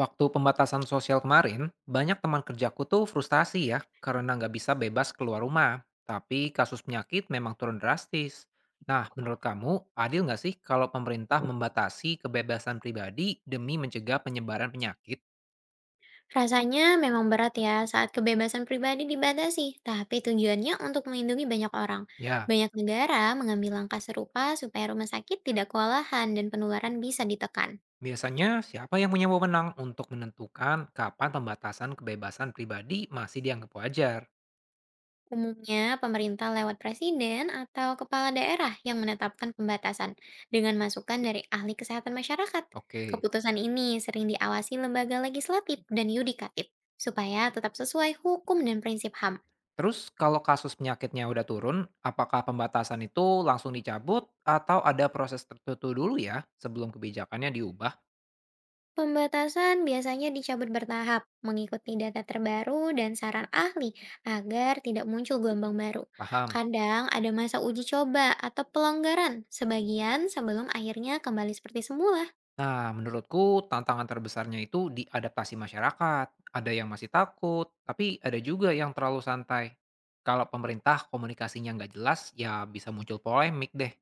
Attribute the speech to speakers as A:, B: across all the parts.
A: Waktu pembatasan sosial kemarin, banyak teman kerjaku tuh frustasi ya karena nggak bisa bebas keluar rumah. Tapi kasus penyakit memang turun drastis. Nah, menurut kamu adil nggak sih kalau pemerintah membatasi kebebasan pribadi demi mencegah penyebaran penyakit?
B: Rasanya memang berat ya saat kebebasan pribadi dibatasi, tapi tujuannya untuk melindungi banyak orang.
A: Ya,
B: Banyak negara mengambil langkah serupa supaya rumah sakit tidak kewalahan dan penularan bisa ditekan.
A: biasanya siapa yang punya wewenang untuk menentukan kapan pembatasan kebebasan pribadi masih dianggap wajar?
B: Umumnya, pemerintah lewat presiden atau kepala daerah yang menetapkan pembatasan dengan masukan dari ahli kesehatan masyarakat.
A: Oke.
B: Keputusan ini sering diawasi lembaga legislatif dan yudikatif supaya tetap sesuai hukum dan prinsip HAM.
A: Terus kalau kasus penyakitnya udah turun, apakah pembatasan itu langsung dicabut atau ada proses tertentu dulu ya sebelum kebijakannya diubah?
B: Pembatasan biasanya dicabut bertahap, mengikuti data terbaru dan saran ahli agar tidak muncul gelombang baru.
A: Paham.
B: Kadang ada masa uji coba atau pelonggaran sebagian sebelum akhirnya kembali seperti semula.
A: Nah, menurutku tantangan terbesarnya itu di adaptasi masyarakat. Ada yang masih takut, tapi ada juga yang terlalu santai. Kalau pemerintah komunikasinya nggak jelas, ya bisa muncul polemik deh.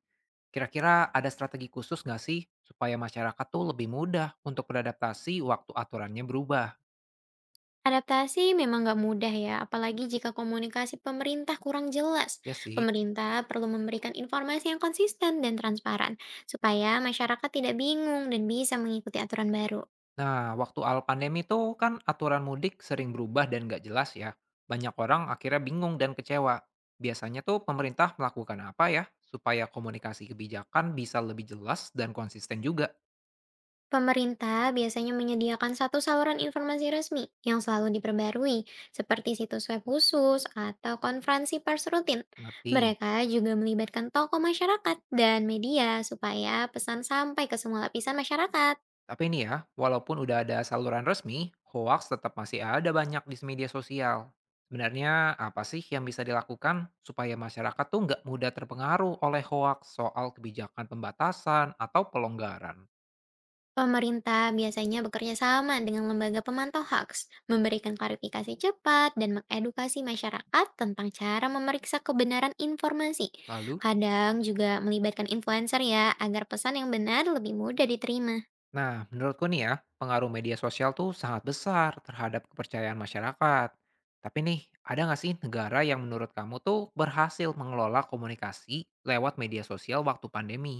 A: Kira-kira ada strategi khusus nggak sih supaya masyarakat tuh lebih mudah untuk beradaptasi waktu aturannya berubah?
B: Adaptasi memang nggak mudah ya, apalagi jika komunikasi pemerintah kurang jelas.
A: Ya sih.
B: Pemerintah perlu memberikan informasi yang konsisten dan transparan, supaya masyarakat tidak bingung dan bisa mengikuti aturan baru.
A: Nah, waktu awal pandemi itu kan aturan mudik sering berubah dan nggak jelas ya. Banyak orang akhirnya bingung dan kecewa. Biasanya tuh pemerintah melakukan apa ya supaya komunikasi kebijakan bisa lebih jelas dan konsisten juga.
B: Pemerintah biasanya menyediakan satu saluran informasi resmi yang selalu diperbarui, seperti situs web khusus atau konferensi pers rutin.
A: Ngerti.
B: Mereka juga melibatkan tokoh masyarakat dan media supaya pesan sampai ke semua lapisan masyarakat.
A: Tapi ini ya, walaupun udah ada saluran resmi, hoax tetap masih ada banyak di media sosial. Sebenarnya apa sih yang bisa dilakukan supaya masyarakat tuh nggak mudah terpengaruh oleh hoax soal kebijakan pembatasan atau pelonggaran?
B: Pemerintah biasanya bekerja sama dengan lembaga pemantau hoax, memberikan klarifikasi cepat dan mengedukasi masyarakat tentang cara memeriksa kebenaran informasi.
A: Lalu?
B: Kadang juga melibatkan influencer ya, agar pesan yang benar lebih mudah diterima.
A: Nah, menurutku nih ya, pengaruh media sosial tuh sangat besar terhadap kepercayaan masyarakat. Tapi nih, ada nggak sih negara yang menurut kamu tuh berhasil mengelola komunikasi lewat media sosial waktu pandemi?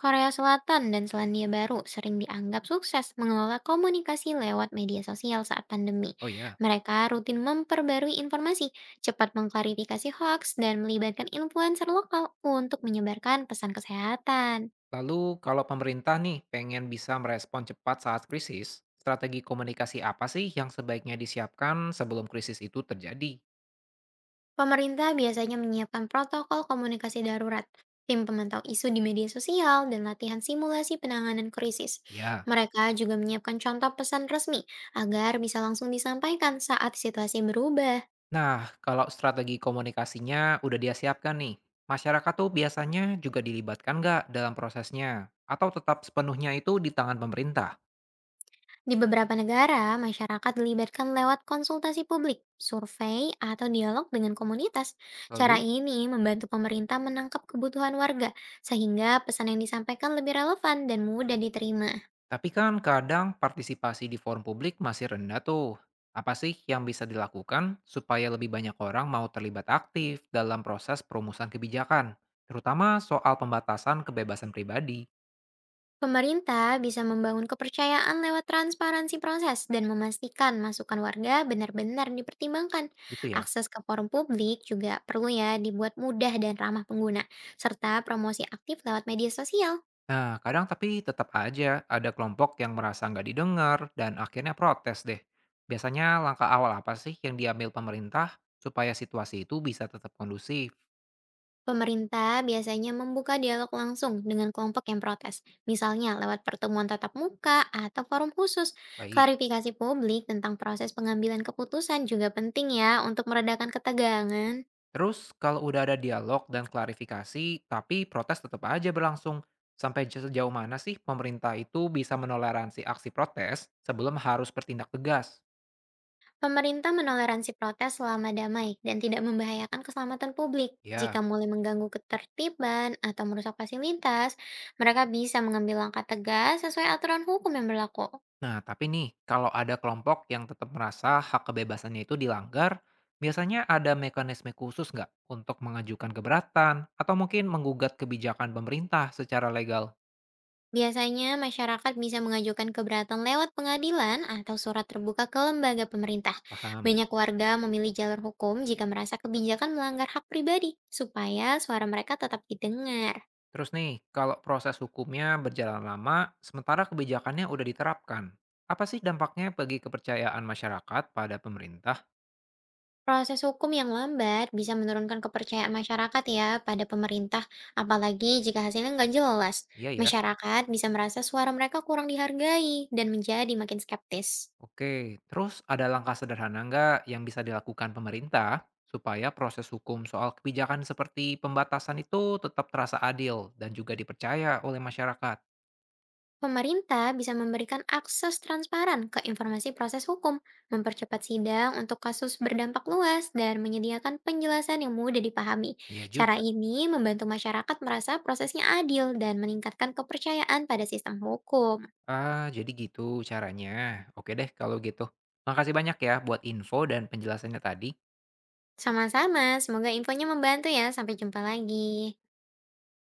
B: Korea Selatan dan Selandia Baru sering dianggap sukses mengelola komunikasi lewat media sosial saat pandemi.
A: Oh iya.
B: Mereka rutin memperbarui informasi, cepat mengklarifikasi hoax, dan melibatkan influencer lokal untuk menyebarkan pesan kesehatan.
A: Lalu kalau pemerintah nih pengen bisa merespon cepat saat krisis, strategi komunikasi apa sih yang sebaiknya disiapkan sebelum krisis itu terjadi?
B: Pemerintah biasanya menyiapkan protokol komunikasi darurat, tim pemantau isu di media sosial, dan latihan simulasi penanganan krisis.
A: Ya.
B: Mereka juga menyiapkan contoh pesan resmi agar bisa langsung disampaikan saat situasi berubah.
A: Nah, kalau strategi komunikasinya udah dia siapkan nih, masyarakat tuh biasanya juga dilibatkan nggak dalam prosesnya? Atau tetap sepenuhnya itu di tangan pemerintah?
B: Di beberapa negara, masyarakat dilibatkan lewat konsultasi publik, survei, atau dialog dengan komunitas. Cara
A: Lalu,
B: ini membantu pemerintah menangkap kebutuhan warga, sehingga pesan yang disampaikan lebih relevan dan mudah diterima.
A: tapi kan kadang partisipasi di forum publik masih rendah tuh. Apa sih yang bisa dilakukan supaya lebih banyak orang mau terlibat aktif dalam proses perumusan kebijakan? Terutama soal pembatasan kebebasan pribadi,
B: Pemerintah bisa membangun kepercayaan lewat transparansi proses dan memastikan masukan warga benar-benar dipertimbangkan.
A: gitu ya.
B: Akses ke forum publik juga perlu ya dibuat mudah dan ramah pengguna, serta promosi aktif lewat media sosial.
A: Nah, kadang tapi tetap aja ada kelompok yang merasa nggak didengar dan akhirnya protes deh. Biasanya langkah awal apa sih yang diambil pemerintah supaya situasi itu bisa tetap kondusif?
B: Pemerintah biasanya membuka dialog langsung dengan kelompok yang protes, misalnya lewat pertemuan tatap muka atau forum khusus.
A: Baik.
B: Klarifikasi publik tentang proses pengambilan keputusan juga penting ya untuk meredakan ketegangan.
A: Terus kalau udah ada dialog dan klarifikasi, tapi protes tetap aja berlangsung. Sampai sejauh mana sih pemerintah itu bisa menoleransi aksi protes sebelum harus bertindak tegas?
B: Pemerintah menoleransi protes selama damai dan tidak membahayakan keselamatan publik. Jika
A: Ya.
B: mulai mengganggu ketertiban atau merusak fasilitas, mereka bisa mengambil langkah tegas sesuai aturan hukum yang berlaku.
A: Nah, tapi nih, kalau ada kelompok yang tetap merasa hak kebebasannya itu dilanggar, biasanya ada mekanisme khusus nggak untuk mengajukan keberatan atau mungkin menggugat kebijakan pemerintah secara legal?
B: Biasanya masyarakat bisa mengajukan keberatan lewat pengadilan atau surat terbuka ke lembaga pemerintah.
A: Paham.
B: Banyak warga memilih jalur hukum jika merasa kebijakan melanggar hak pribadi, supaya suara mereka tetap didengar.
A: Terus nih, kalau proses hukumnya berjalan lama, sementara kebijakannya udah diterapkan, apa sih dampaknya bagi kepercayaan masyarakat pada pemerintah?
B: Proses hukum yang lambat bisa menurunkan kepercayaan masyarakat ya pada pemerintah, apalagi jika hasilnya nggak jelas.
A: Iya ya.
B: Masyarakat bisa merasa suara mereka kurang dihargai dan menjadi makin skeptis.
A: Oke, terus ada langkah sederhana nggak yang bisa dilakukan pemerintah supaya proses hukum soal kebijakan seperti pembatasan itu tetap terasa adil dan juga dipercaya oleh masyarakat?
B: Pemerintah bisa memberikan akses transparan ke informasi proses hukum, mempercepat sidang untuk kasus berdampak luas, dan menyediakan penjelasan yang mudah dipahami.
A: Iya
B: Cara
A: juga.
B: ini membantu masyarakat merasa prosesnya adil dan meningkatkan kepercayaan pada sistem hukum.
A: Ah, jadi gitu caranya. Oke deh kalau gitu. Makasih banyak ya buat info dan penjelasannya tadi.
B: Sama-sama, semoga infonya membantu ya. Sampai jumpa lagi.